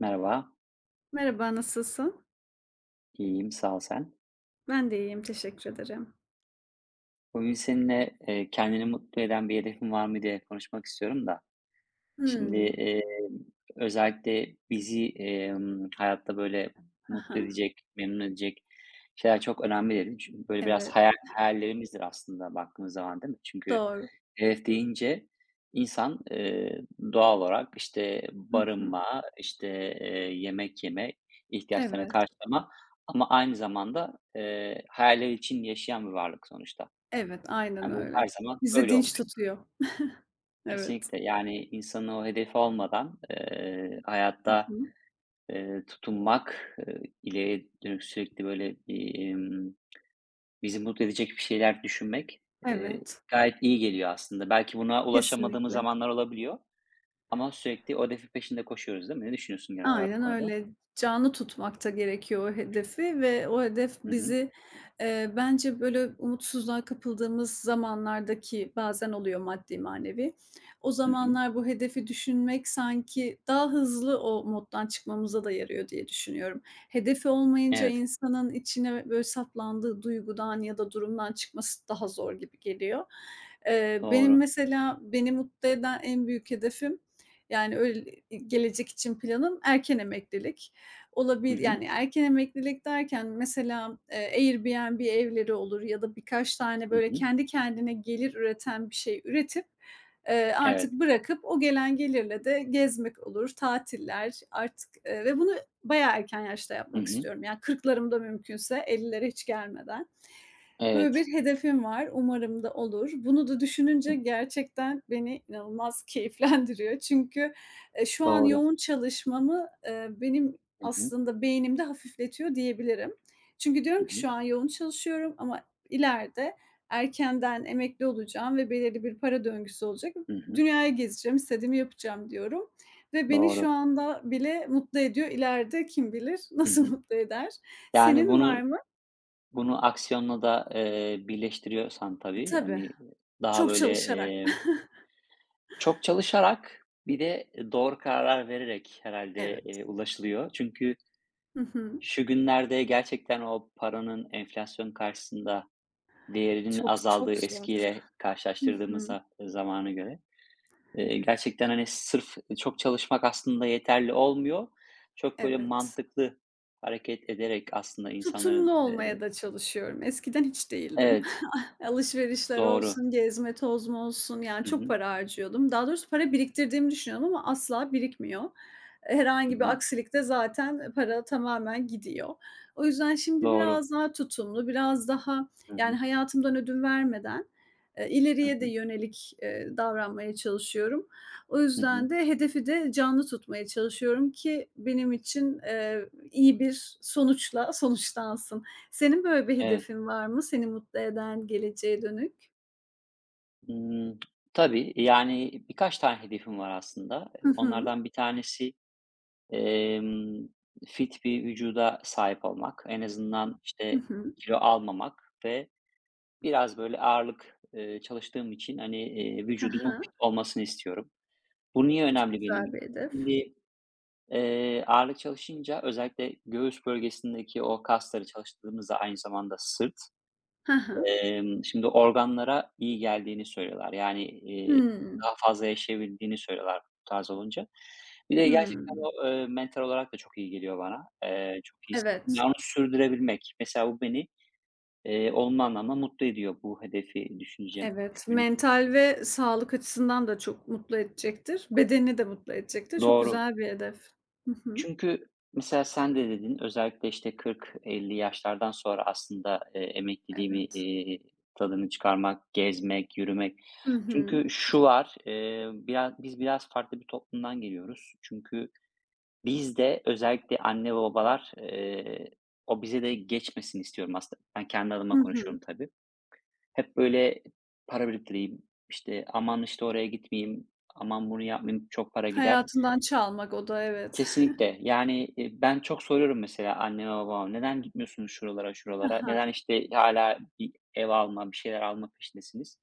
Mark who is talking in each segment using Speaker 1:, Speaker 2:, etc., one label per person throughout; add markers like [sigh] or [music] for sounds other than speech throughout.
Speaker 1: Merhaba,
Speaker 2: Merhaba, nasılsın?
Speaker 1: iyiyim, sağ ol sen.
Speaker 2: Ben de iyiyim, teşekkür ederim.
Speaker 1: Bugün seninle kendini mutlu eden bir hedefin var mı diye konuşmak istiyorum da. Şimdi
Speaker 2: Hımm.
Speaker 1: özellikle bizi hayatta böyle
Speaker 2: Hı
Speaker 1: mutlu
Speaker 2: hı.
Speaker 1: edecek, memnun edecek şeyler çok önemli dedim. Çünkü böyle biraz
Speaker 2: Evet,
Speaker 1: hayallerimizdir aslında baktığımız zaman değil mi? Çünkü
Speaker 2: doğru.
Speaker 1: hedef deyince insan, doğal olarak, işte,
Speaker 2: Hı hı.
Speaker 1: barınma, işte, eee, yemek yeme, ihtiyaçlarını
Speaker 2: Evet,
Speaker 1: karşılama ama aynı zamanda, hayaller için yaşayan bir varlık sonuçta.
Speaker 2: evet, aynen
Speaker 1: Yani, bu her
Speaker 2: öyle.
Speaker 1: zaman
Speaker 2: Bizi
Speaker 1: öyle
Speaker 2: dinç
Speaker 1: olmuş.
Speaker 2: tutuyor. Evet.
Speaker 1: Kesinlikle, yani, insanın o hedefi olmadan,
Speaker 2: Hı
Speaker 1: hayatta,
Speaker 2: hı.
Speaker 1: tutunmak, ileriye dönük sürekli böyle bir, bizi mutlu edecek bir şeyler düşünmek,
Speaker 2: Evet,
Speaker 1: gayet iyi geliyor aslında. Belki buna ulaşamadığımız
Speaker 2: kesinlikle.
Speaker 1: zamanlar olabiliyor. Ama sürekli o hedefin peşinde koşuyoruz, değil mi? Ne düşünüyorsun genel olarak bu
Speaker 2: Aynen
Speaker 1: konuda?
Speaker 2: öyle. Canlı tutmak da gerekiyor o hedefi ve o hedef
Speaker 1: Hı hı.
Speaker 2: bizi, bence böyle umutsuzluğa kapıldığımız zamanlardaki bazen oluyor maddi manevi, o
Speaker 1: Hı hı.
Speaker 2: zamanlar bu hedefi düşünmek sanki daha hızlı o moddan çıkmamıza da yarıyor diye düşünüyorum. Hedefi olmayınca
Speaker 1: Evet,
Speaker 2: insanın içine böyle saplandığı duygudan ya da durumdan çıkması daha zor gibi geliyor. Benim
Speaker 1: doğru.
Speaker 2: mesela beni mutlu eden en büyük hedefim yani, öyle gelecek için planım erken emeklilik.
Speaker 1: Hı hı.
Speaker 2: Yani, erken emeklilik derken mesela, Airbnb evleri olur ya da birkaç tane
Speaker 1: Hı
Speaker 2: böyle
Speaker 1: hı.
Speaker 2: kendi kendine gelir üreten bir şey üretip,
Speaker 1: Evet.
Speaker 2: artık bırakıp o gelen gelirle de gezmek olur, tatiller artık, ve bunu bayağı erken yaşta
Speaker 1: Hı
Speaker 2: yapmak
Speaker 1: hı.
Speaker 2: istiyorum. Yani, 40'larımda mümkünse 50'lere hiç gelmeden. Böyle
Speaker 1: Evet.
Speaker 2: bir hedefim var. Umarım da olur. Bunu da düşününce
Speaker 1: Hı.
Speaker 2: gerçekten beni inanılmaz [laughs] keyiflendiriyor. Çünkü, şu an
Speaker 1: Doğru.
Speaker 2: yoğun çalışmamı, benim
Speaker 1: Hı hı.
Speaker 2: aslında beynimde hafifletiyor diyebilirim. Çünkü
Speaker 1: Hı
Speaker 2: diyorum ki
Speaker 1: hı.
Speaker 2: şu an yoğun çalışıyorum ama ileride erkenden emekli olacağım ve belirli bir para döngüsü olacak.
Speaker 1: Hı hı.
Speaker 2: Dünyayı gezeceğim, istediğimi yapacağım diyorum ve beni şu
Speaker 1: Doğru.
Speaker 2: anda bile mutlu ediyor. İleride kim bilir
Speaker 1: Hı
Speaker 2: nasıl [laughs]
Speaker 1: hı.
Speaker 2: mutlu eder?
Speaker 1: Yani
Speaker 2: Senin var
Speaker 1: bunu
Speaker 2: mı?
Speaker 1: bunu aksiyonla da, birleştiriyorsan
Speaker 2: E,
Speaker 1: tabii,
Speaker 2: tabii,
Speaker 1: hani, daha
Speaker 2: çok
Speaker 1: böyle,
Speaker 2: çalışarak.
Speaker 1: çok çalışarak bir de doğru kararlar vererek herhalde
Speaker 2: Evet.
Speaker 1: ulaşılıyor. Çünkü
Speaker 2: Hı hı.
Speaker 1: şu günlerde gerçekten o paranın enflasyon karşısında değerinin
Speaker 2: Çok,
Speaker 1: azaldığı
Speaker 2: çok zor.
Speaker 1: eskiyle
Speaker 2: Hı
Speaker 1: karşılaştırdığımız
Speaker 2: hı.
Speaker 1: zamana göre. Gerçekten, hani, sırf çok çalışmak aslında yeterli olmuyor. Çok böyle
Speaker 2: Evet.
Speaker 1: mantıklı hareket ederek aslında insanların,
Speaker 2: Tutumlu olmaya
Speaker 1: eee
Speaker 2: da çalışıyorum. Eskiden hiç değildim.
Speaker 1: Evet,
Speaker 2: [laughs] Alışverişler
Speaker 1: doğru.
Speaker 2: olsun, gezme tozma olsun, yani
Speaker 1: Hı
Speaker 2: çok
Speaker 1: hı.
Speaker 2: para harcıyordum. Daha doğrusu para biriktirdiğimi düşünüyorum ama asla birikmiyor.
Speaker 1: Hı
Speaker 2: Herhangi bir
Speaker 1: hı.
Speaker 2: aksilikte zaten para tamamen gidiyor. O yüzden şimdi
Speaker 1: Doğru.
Speaker 2: biraz daha tutumlu, biraz daha,
Speaker 1: Hı
Speaker 2: yani,
Speaker 1: hı.
Speaker 2: hayatımdan ödün vermeden,
Speaker 1: Hı
Speaker 2: ileriye de
Speaker 1: hı.
Speaker 2: yönelik, davranmaya çalışıyorum. O
Speaker 1: Hı hı.
Speaker 2: yüzden de hedefi de canlı tutmaya çalışıyorum ki benim için, iyi bir sonuçla [laughs] sonuçlansın. Senin böyle bir
Speaker 1: Evet.
Speaker 2: hedefin var mı seni mutlu eden geleceğe dönük?
Speaker 1: Imm, tabii, yani, birkaç tane hedefim var aslında.
Speaker 2: Hı hı.
Speaker 1: Onlardan bir tanesi, emm, fit bir vücuda sahip olmak. En azından,
Speaker 2: Hı
Speaker 1: işte,
Speaker 2: hı.
Speaker 1: kilo almamak ve biraz böyle ağırlık, çalıştığım için, hani,
Speaker 2: Hı
Speaker 1: vücudumun fit
Speaker 2: hı.
Speaker 1: olmasını istiyorum. Bu niye
Speaker 2: Çok
Speaker 1: önemli benim
Speaker 2: güzel
Speaker 1: için?
Speaker 2: bir hedef.
Speaker 1: Şimdi, ağırlık çalışınca özellikle göğüs bölgesindeki o kasları çalıştırdığımızda aynı zamanda sırt,
Speaker 2: Hı hı.
Speaker 1: şimdi organlara iyi geldiğini söylüyorlar. Yani,
Speaker 2: Hımm.
Speaker 1: daha fazla yaşayabildiğini söylüyorlar bu tarz olunca. Bir de gerçekten
Speaker 2: Hımm.
Speaker 1: o, mental olarak da çok iyi geliyor bana. Çok iyi.
Speaker 2: Evet,
Speaker 1: Yani onu sürdürebilmek. Mesela bu beni olumlu anlamda mutlu ediyor bu hedefi düşüneceğim
Speaker 2: evet.
Speaker 1: düşünceniz.
Speaker 2: Mental ve sağlık açısından da çok mutlu edecektir. Bedenini de mutlu edecektir. Çok
Speaker 1: Doğru.
Speaker 2: güzel bir hedef. Hı hı.
Speaker 1: Çünkü mesela sen de dedin, özellikle, işte, 40-50 yaşlardan sonra aslında, emekliliğimi,
Speaker 2: Evet.
Speaker 1: tadını çıkarmak, gezmek, yürümek.
Speaker 2: Hı hı.
Speaker 1: Çünkü şu var, biz biraz farklı bir toplumdan geliyoruz. Çünkü bizde özellikle anne ve babalar, o bize de geçmesin istiyorum aslında. Ben kendi
Speaker 2: Hı
Speaker 1: adıma
Speaker 2: hı.
Speaker 1: konuşuyorum tabii. Hep böyle para biriktireyim, işte, aman, işte, oraya gitmeyeyim, aman bunu yapmayayım, çok para gider.
Speaker 2: Hayatından çalmak o da evet.
Speaker 1: Kesinlikle. Yani, ben çok soruyorum mesela anneme babama, "Neden gitmiyorsunuz şuralara,
Speaker 2: Hı
Speaker 1: şuralara?
Speaker 2: hı.
Speaker 1: Neden, işte, hala bir ev alma, bir şeyler alma peşindesiniz?"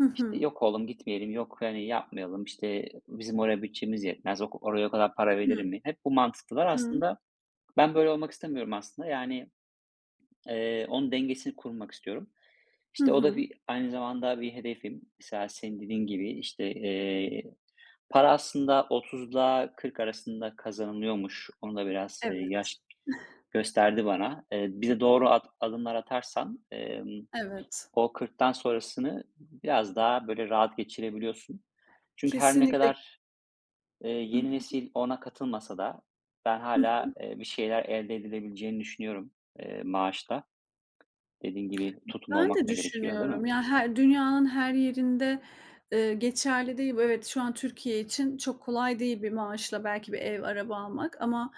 Speaker 2: Hı
Speaker 1: İşte,
Speaker 2: hı.
Speaker 1: "Yok oğlum gitmeyelim, yok, hani, yapmayalım, işte, bizim oraya bütçemiz yetmez, ok oraya o kadar para verilir
Speaker 2: Hı
Speaker 1: mi?" Hep bu mantıktalar.
Speaker 2: hı.
Speaker 1: Aslında ben böyle olmak istemiyorum aslında. Yani onun dengesini kurmak istiyorum.
Speaker 2: Hı
Speaker 1: İşte, o da
Speaker 2: hı.
Speaker 1: bir aynı zamanda bir hedefim. Mesela senin dediğin gibi, işte, para aslında 30'la 40 arasında kazanılıyormuş. Onu da biraz, yaş
Speaker 2: Evet,
Speaker 1: gösterdi bana. Bir doğru adımlar atarsan,
Speaker 2: evet.
Speaker 1: o 40'tan sonrasını biraz daha böyle rahat geçirebiliyorsun. Çünkü her ne
Speaker 2: Kesinlikle.
Speaker 1: kadar,
Speaker 2: Hı
Speaker 1: yeni nesil ona katılmasa da ben
Speaker 2: hı.
Speaker 1: hala bir şeyler elde edilebileceğini düşünüyorum, maaşla. Dediğin gibi tutumlu
Speaker 2: Ben de
Speaker 1: olmak da gerekiyor, değil
Speaker 2: düşünüyorum.
Speaker 1: mi?
Speaker 2: Ya, dünyanın her yerinde, geçerli değil bu. Evet, şu an Türkiye için çok kolay değil bir maaşla belki bir ev, araba almak ama,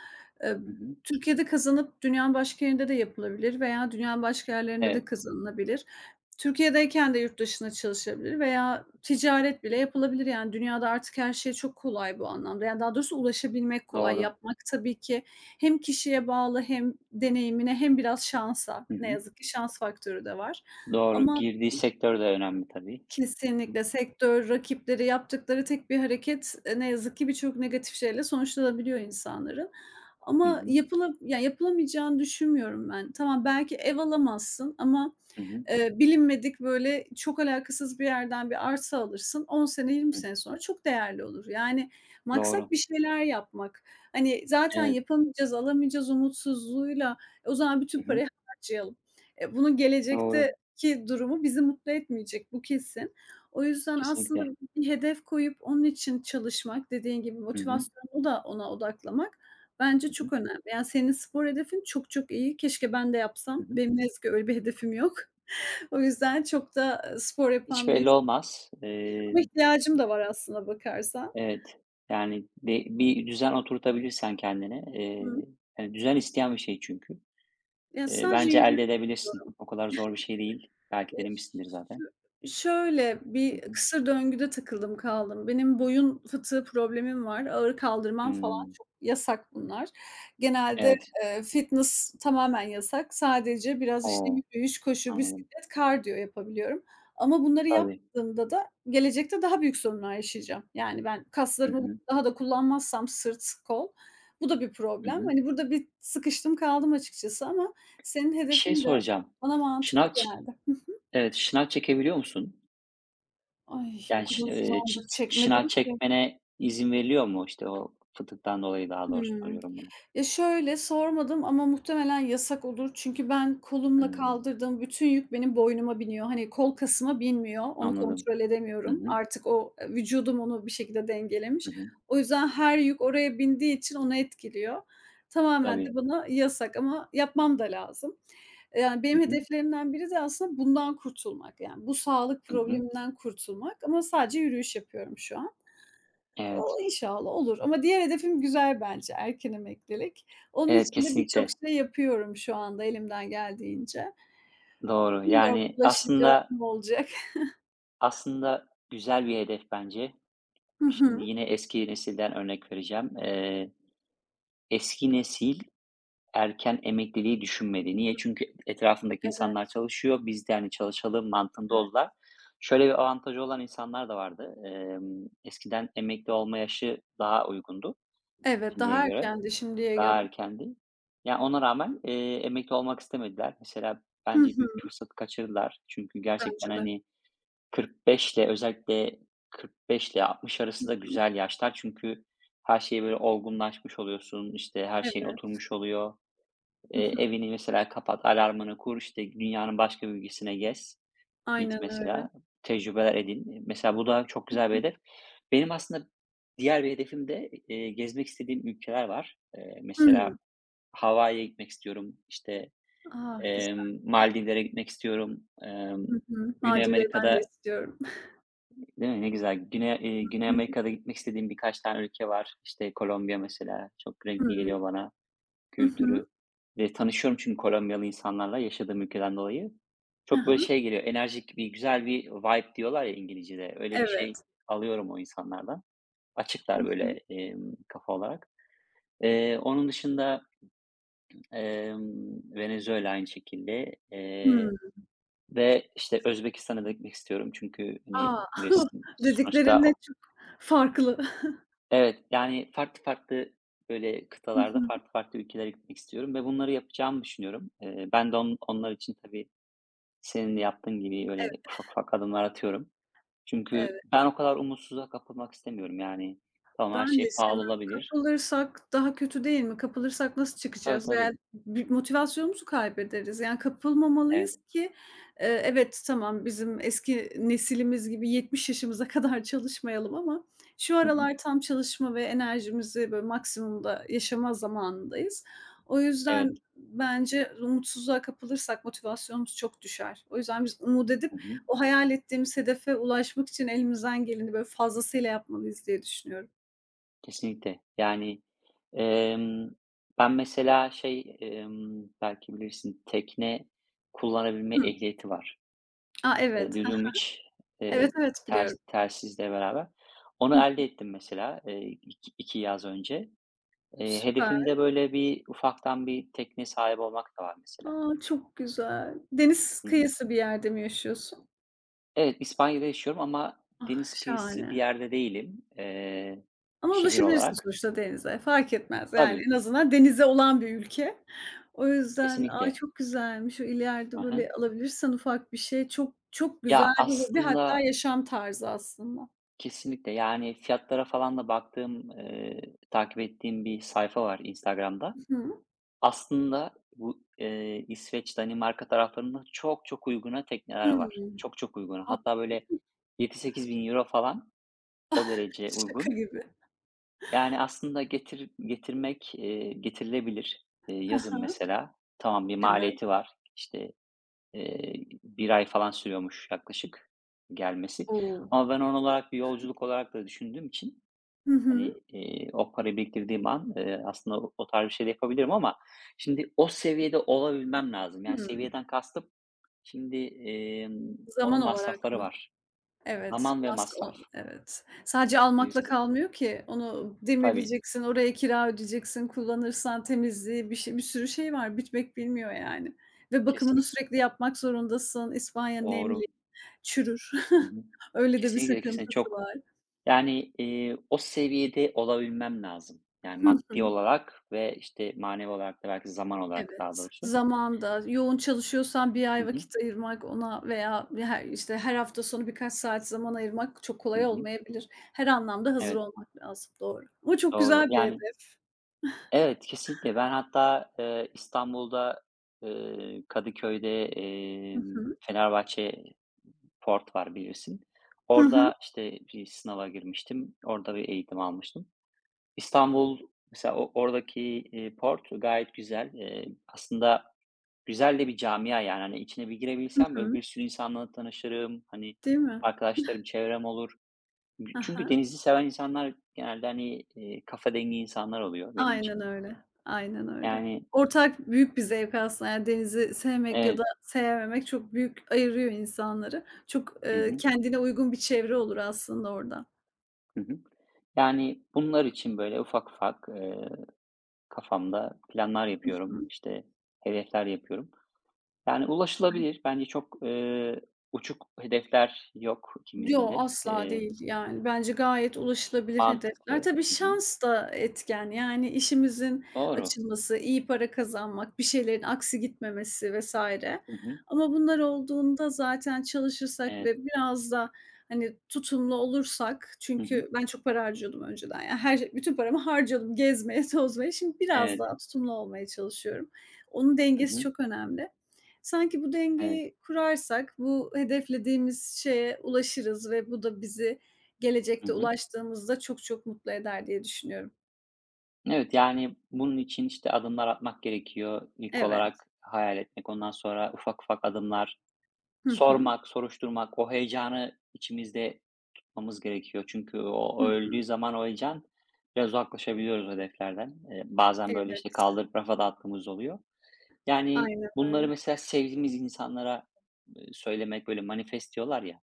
Speaker 2: eee,
Speaker 1: Hı hı.
Speaker 2: Türkiye'de kazanıp dünyanın başka yerinde de yapılabilir veya dünyanın başka yerlerinde de
Speaker 1: Evet,
Speaker 2: kazanılabilir. Türkiye'deyken de yurt dışına çalışabilir veya ticaret bile yapılabilir. Yani, dünyada artık her şey çok kolay bu anlamda. Yani, daha doğrusu ulaşabilmek kolay.
Speaker 1: doğru.
Speaker 2: Yapmak tabii ki hem kişiye bağlı hem deneyimine hem biraz şansa.
Speaker 1: Hı
Speaker 2: Ne
Speaker 1: hı.
Speaker 2: yazık ki şans faktörü de var
Speaker 1: Doğru.
Speaker 2: ama
Speaker 1: Girdiği sektör de önemli tabii. Hı hı.
Speaker 2: kesinlikle sektör, rakipleri yaptıkları tek bir hareket, ne yazık ki birçok negatif şeyle sonuçlanabiliyor insanların.
Speaker 1: Hı
Speaker 2: Ama
Speaker 1: hı.
Speaker 2: yapılamayacağını düşünmüyorum ben. Tamam, belki ev alamazsın ama,
Speaker 1: Hı hı.
Speaker 2: bilinmedik, böyle, çok alakasız bir yerden bir arsa alırsın. 10 sene, yirmi
Speaker 1: Hı.
Speaker 2: sene sonra çok değerli olur. Yani maksat
Speaker 1: Doğru.
Speaker 2: bir şeyler yapmak. Hani, zaten
Speaker 1: Evet.
Speaker 2: yapamayacağız, alamayacağız umutsuzluğuyla, e, o zaman bütün
Speaker 1: Hı hı.
Speaker 2: parayı harcayalım. E, bunu gelecekte
Speaker 1: Doğru.
Speaker 2: ki durumu bizi mutlu etmeyecek, bu kesin. O yüzden
Speaker 1: Kesinlikle.
Speaker 2: aslında bir hedef koyup onun için çalışmak, dediğin gibi
Speaker 1: Hı hı.
Speaker 2: motivasyonu da ona odaklamak
Speaker 1: Hı
Speaker 2: bence
Speaker 1: hı.
Speaker 2: çok önemli. Yani senin spor hedefin çok çok iyi. Keşke ben de
Speaker 1: Hı
Speaker 2: yapsam.
Speaker 1: hı.
Speaker 2: Benim ne yazık ki öyle bir hedefim yok. [laughs] O yüzden çok da, spor
Speaker 1: Hiç
Speaker 2: yapan bir
Speaker 1: belli
Speaker 2: insanım
Speaker 1: olmaz.
Speaker 2: ama ihtiyacım da var aslında bakarsan.
Speaker 1: Evet. Yani de bir düzen oturtabilirsen kendine,
Speaker 2: Hı.
Speaker 1: yani düzen isteyen bir şey çünkü.
Speaker 2: Ya, sadece
Speaker 1: Bence
Speaker 2: yürüyüş.
Speaker 1: elde edebilirsin. O kadar zor bir şey değil. Belki
Speaker 2: Eee,
Speaker 1: denemişsindir zaten.
Speaker 2: şö şöyle
Speaker 1: Hı
Speaker 2: bir
Speaker 1: hı.
Speaker 2: kısır döngüde takıldım kaldım. Benim boyun fıtığı problemim var. Ağır kaldırmam falan
Speaker 1: Hımm.
Speaker 2: çok yasak bunlar. Genelde,
Speaker 1: Evet.
Speaker 2: fitness tamamen yasak. Sadece biraz, işte,
Speaker 1: O!
Speaker 2: yürüyüş, koşu,
Speaker 1: Anladım.
Speaker 2: bisiklet, kardiyo yapabiliyorum. Ama bunları
Speaker 1: Tabii.
Speaker 2: yapmadığımda da gelecekte daha büyük sorunlar yaşayacağım. Yani ben
Speaker 1: Hı
Speaker 2: kaslarımı
Speaker 1: hı.
Speaker 2: daha da kullanmazsam sırt, kol, bu da bir
Speaker 1: Hı
Speaker 2: problem.
Speaker 1: hı.
Speaker 2: Hani, burada bir sıkıştım kaldım açıkçası ama senin
Speaker 1: Bir şey
Speaker 2: hedefin de
Speaker 1: soracağım.
Speaker 2: bana mantıklı
Speaker 1: Şınav ç
Speaker 2: geldi.
Speaker 1: Evet, şınav çekebiliyor musun?
Speaker 2: Ay, o
Speaker 1: Yani, şı
Speaker 2: kadar uzun
Speaker 1: ç
Speaker 2: zamandır
Speaker 1: şınav
Speaker 2: çekmedim ki.
Speaker 1: çekmene izin veriliyor mu? İşte, o fıtıktan dolayı daha doğrusu
Speaker 2: Hımm.
Speaker 1: soruyorum bunu.
Speaker 2: Ya, şöyle, sormadım ama muhtemelen yasak olur. Çünkü ben kolumla
Speaker 1: Hımm,
Speaker 2: kaldırdığım bütün yük benim boynuma biniyor. Hani, kol kasıma binmiyor, onu
Speaker 1: anladım.
Speaker 2: kontrol
Speaker 1: Hı
Speaker 2: edemiyorum.
Speaker 1: hı.
Speaker 2: Artık o, vücudum onu bir şekilde
Speaker 1: Hı
Speaker 2: dengelemiş.
Speaker 1: hı.
Speaker 2: O yüzden her yük oraya bindiği için onu etkiliyor. Tamamen de
Speaker 1: Tabii.
Speaker 2: bana yasak ama yapmam da lazım. Yani,
Speaker 1: Hı
Speaker 2: benim
Speaker 1: hı.
Speaker 2: hedeflerimden biri de aslında bundan kurtulmak. Yani, bu sağlık
Speaker 1: Hı hı.
Speaker 2: probleminden kurtulmak ama sadece yürüyüş yapıyorum şu an.
Speaker 1: Evet.
Speaker 2: O inşallah olur ama diğer hedefim güzel bence, erken emeklilik. Onun
Speaker 1: Evet,
Speaker 2: için de birçok
Speaker 1: kesinlikle.
Speaker 2: şey yapıyorum şu anda elimden geldiğince.
Speaker 1: Doğru.
Speaker 2: Bilmiyorum
Speaker 1: Yani,
Speaker 2: ulaşınca ne olacak? [laughs]
Speaker 1: aslında güzel bir hedef bence.
Speaker 2: Hı
Speaker 1: Şimdi
Speaker 2: hı.
Speaker 1: yine eski nesilden örnek vereceğim. Eski nesil erken emekliliği düşünmedi. Niye? Çünkü etrafındaki
Speaker 2: Evet,
Speaker 1: insanlar çalışıyor. Biz de, hani, çalışalım mantığında
Speaker 2: evet.
Speaker 1: oldular. Şöyle bir avantajı olan insanlar da vardı. Eskiden emekli olma yaşı daha uygundu
Speaker 2: Evet,
Speaker 1: şimdiye
Speaker 2: daha
Speaker 1: göre.
Speaker 2: erkendi şimdiye
Speaker 1: Daha
Speaker 2: göre.
Speaker 1: erkendi. Yani ona rağmen, emekli olmak istemediler. Mesela
Speaker 2: Hı
Speaker 1: bence büyük
Speaker 2: hı.
Speaker 1: fırsatı kaçırdılar. Çünkü gerçekten,
Speaker 2: Bence de.
Speaker 1: hani, 45'le özellikle 45'le 60
Speaker 2: Hı
Speaker 1: arası da
Speaker 2: hı.
Speaker 1: güzel yaşlar. Çünkü her şey böyle olgunlaşmış oluyorsun, işte, her şeyin
Speaker 2: Evet.
Speaker 1: oturmuş oluyor.
Speaker 2: Hı hı.
Speaker 1: Evini mesela kapat, alarmını kur, işte, dünyanın başka bir ülkesine gez, git
Speaker 2: Aynen öyle.
Speaker 1: mesela, tecrübeler edin. Mesela bu da çok
Speaker 2: Hı
Speaker 1: güzel bir
Speaker 2: hı.
Speaker 1: hedef. Benim aslında diğer bir hedefim de, gezmek istediğim ülkeler var. Mesela
Speaker 2: Hımm.
Speaker 1: Hawaii'ye gitmek istiyorum, işte,
Speaker 2: A, güzel.
Speaker 1: Maldivlere gitmek istiyorum.
Speaker 2: Hı hı.
Speaker 1: Güney
Speaker 2: Nacide'yi ben de
Speaker 1: Amerika'da.
Speaker 2: istiyorum.
Speaker 1: Değil mi? Ne güzel. Güney
Speaker 2: Hı hı.
Speaker 1: Amerika'da gitmek istediğim birkaç tane ülke var. İşte, Kolombiya mesela çok renkli geliyor bana.
Speaker 2: Hı hı.
Speaker 1: Kültürü ve tanışıyorum çünkü Kolombiyalı insanlarla yaşadığım ülkeden dolayı.
Speaker 2: Hı
Speaker 1: Çok böyle
Speaker 2: hı.
Speaker 1: şey geliyor, enerjik bir güzel bir vibe diyorlar ya İngilizce'de. Öyle bir şey
Speaker 2: Evet.
Speaker 1: alıyorum o insanlardan.
Speaker 2: Hı
Speaker 1: Açıklar böyle,
Speaker 2: hı.
Speaker 1: kafa olarak. Onun dışında, Venezuela aynı şekilde,
Speaker 2: Hımm.
Speaker 1: ve işte Özbekistan'a da gitmek istiyorum. Çünkü hani
Speaker 2: A! [laughs]
Speaker 1: bilirsin sonuçta.
Speaker 2: Dediklerinle çok farklı.
Speaker 1: Evet, yani, farklı farklı, böyle,
Speaker 2: Hı
Speaker 1: kıtalarda
Speaker 2: hı.
Speaker 1: farklı farklı ülkelere gitmek istiyorum ve bunları yapacağımı düşünüyorum. Ben de onlar için tabii senin de yaptığın gibi, öyle ufak ufak adımlar atıyorum. Çünkü
Speaker 2: Evet.
Speaker 1: ben o kadar umutsuzluğa kapılmak istemiyorum. Yani, tamam, her
Speaker 2: Ben de
Speaker 1: şey pahalı
Speaker 2: istemiyorum.
Speaker 1: olabilir.
Speaker 2: Kapılırsak daha kötü değil mi? Kapılırsak nasıl
Speaker 1: Tabii,
Speaker 2: çıkacağız?
Speaker 1: tabii.
Speaker 2: Yani bir motivasyonumuzu kaybederiz. Yani
Speaker 1: Evet.
Speaker 2: kapılmamalıyız ki, evet, tamam, bizim eski nesilimiz gibi 70 yaşımıza [laughs] kadar çalışmayalım ama şu
Speaker 1: Hı hı.
Speaker 2: aralar tam çalışma ve enerjimizi böyle maksimumda yaşama zamanındayız. O
Speaker 1: Evet.
Speaker 2: yüzden bence umutsuzluğa kapılırsak motivasyonumuz çok düşer. O yüzden biz umut edip
Speaker 1: Hı hı.
Speaker 2: o hayal ettiğimiz hedefe ulaşmak için elimizden geleni böyle fazlasıyla yapmalıyız diye düşünüyorum.
Speaker 1: Kesinlikle. Yani, emm, ben mesela şey, belki bilirsin, tekne kullanabilme
Speaker 2: Hımm.
Speaker 1: ehliyeti var.
Speaker 2: A, evet. Hah,
Speaker 1: Dudumic,
Speaker 2: evet,
Speaker 1: eee,
Speaker 2: evet
Speaker 1: ters
Speaker 2: biliyorum.
Speaker 1: telsizle beraber. Onu
Speaker 2: Hı hı.
Speaker 1: elde ettim mesela, iki yaz önce.
Speaker 2: Süper.
Speaker 1: Hedefimde böyle bir ufaktan bir tekne sahip olmak da var mesela.
Speaker 2: A, çok güzel. Deniz
Speaker 1: Hı hı.
Speaker 2: kıyısı bir yerde mi yaşıyorsun?
Speaker 1: Evet, İspanya'da yaşıyorum ama
Speaker 2: Ah,
Speaker 1: deniz kıyısı bir
Speaker 2: şahane.
Speaker 1: yerde değilim,
Speaker 2: Ama
Speaker 1: şehir
Speaker 2: ulaşabilirsin
Speaker 1: olarak.
Speaker 2: sonuçta denize. Fark etmez yani en
Speaker 1: Tabii,
Speaker 2: azından denize olan bir ülke. O yüzden, ay,
Speaker 1: kesinlikle.
Speaker 2: çok güzelmiş. O
Speaker 1: Hı
Speaker 2: ileride
Speaker 1: hı.
Speaker 2: böyle alabilirsen ufak bir şey çok çok güzel
Speaker 1: Ya,
Speaker 2: bir hobi hatta
Speaker 1: aslında
Speaker 2: yaşam tarzı aslında.
Speaker 1: kesinlikle, yani, fiyatlara falan da baktığım, takip ettiğim bir sayfa var Instagram'da.
Speaker 2: Hı hı.
Speaker 1: Aslında bu, İsveç, Danimarka taraflarında çok çok uyguna tekneler var.
Speaker 2: Hımm.
Speaker 1: Çok çok uyguna.
Speaker 2: A,
Speaker 1: Hatta böyle 7-8 bin euro falan, o derece
Speaker 2: şaka
Speaker 1: uygun.
Speaker 2: gibi.
Speaker 1: Yani aslında getirmek, getirilebilir.
Speaker 2: Hı
Speaker 1: Yazın
Speaker 2: hı.
Speaker 1: mesela, tamam bir
Speaker 2: Evet.
Speaker 1: maliyeti var. İşte, eee, 1 ay falan sürüyormuş yaklaşık gelmesi
Speaker 2: O!
Speaker 1: ama ben on olarak bir yolculuk olarak da düşündüğüm için,
Speaker 2: Hı
Speaker 1: hani,
Speaker 2: hı.
Speaker 1: o parayı biriktirdiğim an, aslında o tarz bir şey de yapabilirim ama şimdi o seviyede olabilmem lazım. Yani
Speaker 2: Hımm.
Speaker 1: seviyeden kastım şimdi, onun
Speaker 2: Zaman olarak
Speaker 1: masrafları
Speaker 2: mı?
Speaker 1: var.
Speaker 2: Evet,
Speaker 1: Zaman ve
Speaker 2: nasıl
Speaker 1: masraf
Speaker 2: o evet. Sadece almakla
Speaker 1: bilirsin.
Speaker 2: kalmıyor ki. Onu
Speaker 1: Tabii,
Speaker 2: demirleyeceksin, oraya kira ödeyeceksin, kullanırsan temizliği, bir şey bir sürü şey var. Bitmek bilmiyor yani ve bakımını
Speaker 1: kesinlikle.
Speaker 2: sürekli yapmak zorundasın. İspanya nemli,
Speaker 1: Doğru.
Speaker 2: çürür.
Speaker 1: Hı
Speaker 2: [laughs]
Speaker 1: hı.
Speaker 2: Öyle de bir
Speaker 1: Kesinlikle, kesinlikle
Speaker 2: sıkıntısı
Speaker 1: çok.
Speaker 2: var.
Speaker 1: Yani, o seviyede olabilmem lazım. Yani
Speaker 2: Hıh,
Speaker 1: maddi olarak ve, işte, manevi olarak da belki zaman olarak daha
Speaker 2: evet.
Speaker 1: doğrusu.
Speaker 2: Zamanda, yoğun çalışıyorsan bir
Speaker 1: Hı
Speaker 2: ay
Speaker 1: hı.
Speaker 2: vakit ayırmak ona veya her işte, her hafta sonu birkaç saat zaman ayırmak çok
Speaker 1: Hı
Speaker 2: kolay
Speaker 1: hı.
Speaker 2: olmayabilir. Her anlamda hazır
Speaker 1: Evet,
Speaker 2: olmak lazım. Doğru ama çok
Speaker 1: doğru.
Speaker 2: güzel bir
Speaker 1: Yani.
Speaker 2: hedef.
Speaker 1: Evet, kesinlikle. Ben hatta, İstanbul'da, Kadıköy'de,
Speaker 2: Hı hı.
Speaker 1: Fenerbahçe Port var bilirsin.
Speaker 2: Hı hı.
Speaker 1: Orada, işte, bir sınava girmiştim. Orada bir eğitim almıştım. İstanbul mesela o oradaki, Port gayet güzel. Aslında güzel de bir camia yani. Hani, içine bir
Speaker 2: Hı
Speaker 1: girebilsem böyle
Speaker 2: hı.
Speaker 1: bir sürü insanla tanışırım. Hani,
Speaker 2: Değil mi?
Speaker 1: arkadaşlarım, çevrem olur.
Speaker 2: Hı
Speaker 1: Çünkü
Speaker 2: hı.
Speaker 1: denizi seven insanlar genelde, hani, kafa dengi insanlar oluyor benim
Speaker 2: Aynen
Speaker 1: için.
Speaker 2: öyle, aynen öyle.
Speaker 1: Yani.
Speaker 2: Ortak büyük bir zevk aslında. Yani denizi sevmek ya da
Speaker 1: Evet.
Speaker 2: sevmemek çok büyük ayırıyor insanları. Çok,
Speaker 1: Hı hı.
Speaker 2: kendine uygun bir çevre olur aslında orada.
Speaker 1: Hı hı. Yani, bunlar için, böyle, ufak ufak, kafamda planlar
Speaker 2: Hı
Speaker 1: yapıyorum,
Speaker 2: hı.
Speaker 1: işte, hedefler yapıyorum. Yani, ulaşılabilir. Bence çok, uçuk hedefler yok
Speaker 2: Yo,
Speaker 1: ikimizin de.
Speaker 2: asla değil. Yani, bence gayet ulaşılabilir
Speaker 1: Mantıklı.
Speaker 2: hedefler. Tabii
Speaker 1: Hı hı.
Speaker 2: şans da etken. Yani, işimizin
Speaker 1: Doğru.
Speaker 2: açılması, iyi para kazanmak, bir şeylerin aksi gitmemesi vesaire.
Speaker 1: Hı hı.
Speaker 2: Ama bunlar olduğunda zaten çalışırsak
Speaker 1: Evet.
Speaker 2: ve biraz da, hani, tutumlu olursak
Speaker 1: Hı hı.
Speaker 2: çünkü ben çok para harcıyordum önceden. Yani bütün paramı harcıyordum gezmeye, [laughs] tozmaya. Şimdi biraz
Speaker 1: Evet.
Speaker 2: daha tutumlu olmaya çalışıyorum. Onun
Speaker 1: Hı
Speaker 2: dengesi
Speaker 1: hı.
Speaker 2: çok önemli. Sanki bu
Speaker 1: Evet.
Speaker 2: dengeyi kurarsak bu hedeflediğimiz şeye ulaşırız ve bu da bizi
Speaker 1: Hı
Speaker 2: gelecekte
Speaker 1: hı.
Speaker 2: ulaştığımızda çok çok mutlu eder diye düşünüyorum.
Speaker 1: Evet, yani, bunun için, işte, adımlar atmak gerekiyor. İlk
Speaker 2: Evet.
Speaker 1: olarak hayal etmek, ondan sonra ufak ufak adımlar.
Speaker 2: Hı hı.
Speaker 1: Sormak, soruşturmak, o heyecanı içimizde tutmamız gerekiyor. Çünkü
Speaker 2: Hı
Speaker 1: o
Speaker 2: hı.
Speaker 1: öldüğü zaman o heyecan biraz uzaklaşabiliyoruz hedeflerden. Bazen, böyle, işte,
Speaker 2: Evet.
Speaker 1: kaldırıp rafa da attığımız oluyor. Yani,
Speaker 2: Aynen
Speaker 1: bunları
Speaker 2: öyle.
Speaker 1: mesela sevdiğimiz insanlara, söylemek, böyle, manifest diyorlar ya,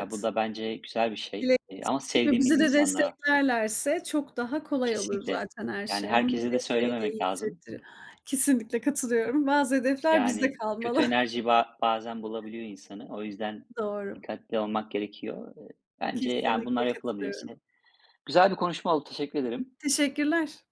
Speaker 1: ya, bu da bence güzel bir şey,
Speaker 2: Dile
Speaker 1: ama
Speaker 2: getirmek ve
Speaker 1: sevdiğimiz
Speaker 2: bizi de
Speaker 1: insanlara
Speaker 2: desteklerlerse çok daha kolay olur
Speaker 1: kesinlikle.
Speaker 2: zaten her
Speaker 1: Yani,
Speaker 2: şey. Onun
Speaker 1: herkese de
Speaker 2: desteği de
Speaker 1: söylememek
Speaker 2: iyi
Speaker 1: lazım.
Speaker 2: hissettirir. Kesinlikle katılıyorum. Bazı hedefler bizde
Speaker 1: Yani, kötü
Speaker 2: kalmalı. [laughs]
Speaker 1: enerji bazen bulabiliyor insanı. O yüzden
Speaker 2: Doğru.
Speaker 1: dikkatli olmak gerekiyor. Bence, yani,
Speaker 2: Kesinlikle
Speaker 1: bunlar
Speaker 2: katılıyorum.
Speaker 1: yapılabilirse. Güzel bir konuşma oldu, teşekkür ederim.
Speaker 2: Teşekkürler.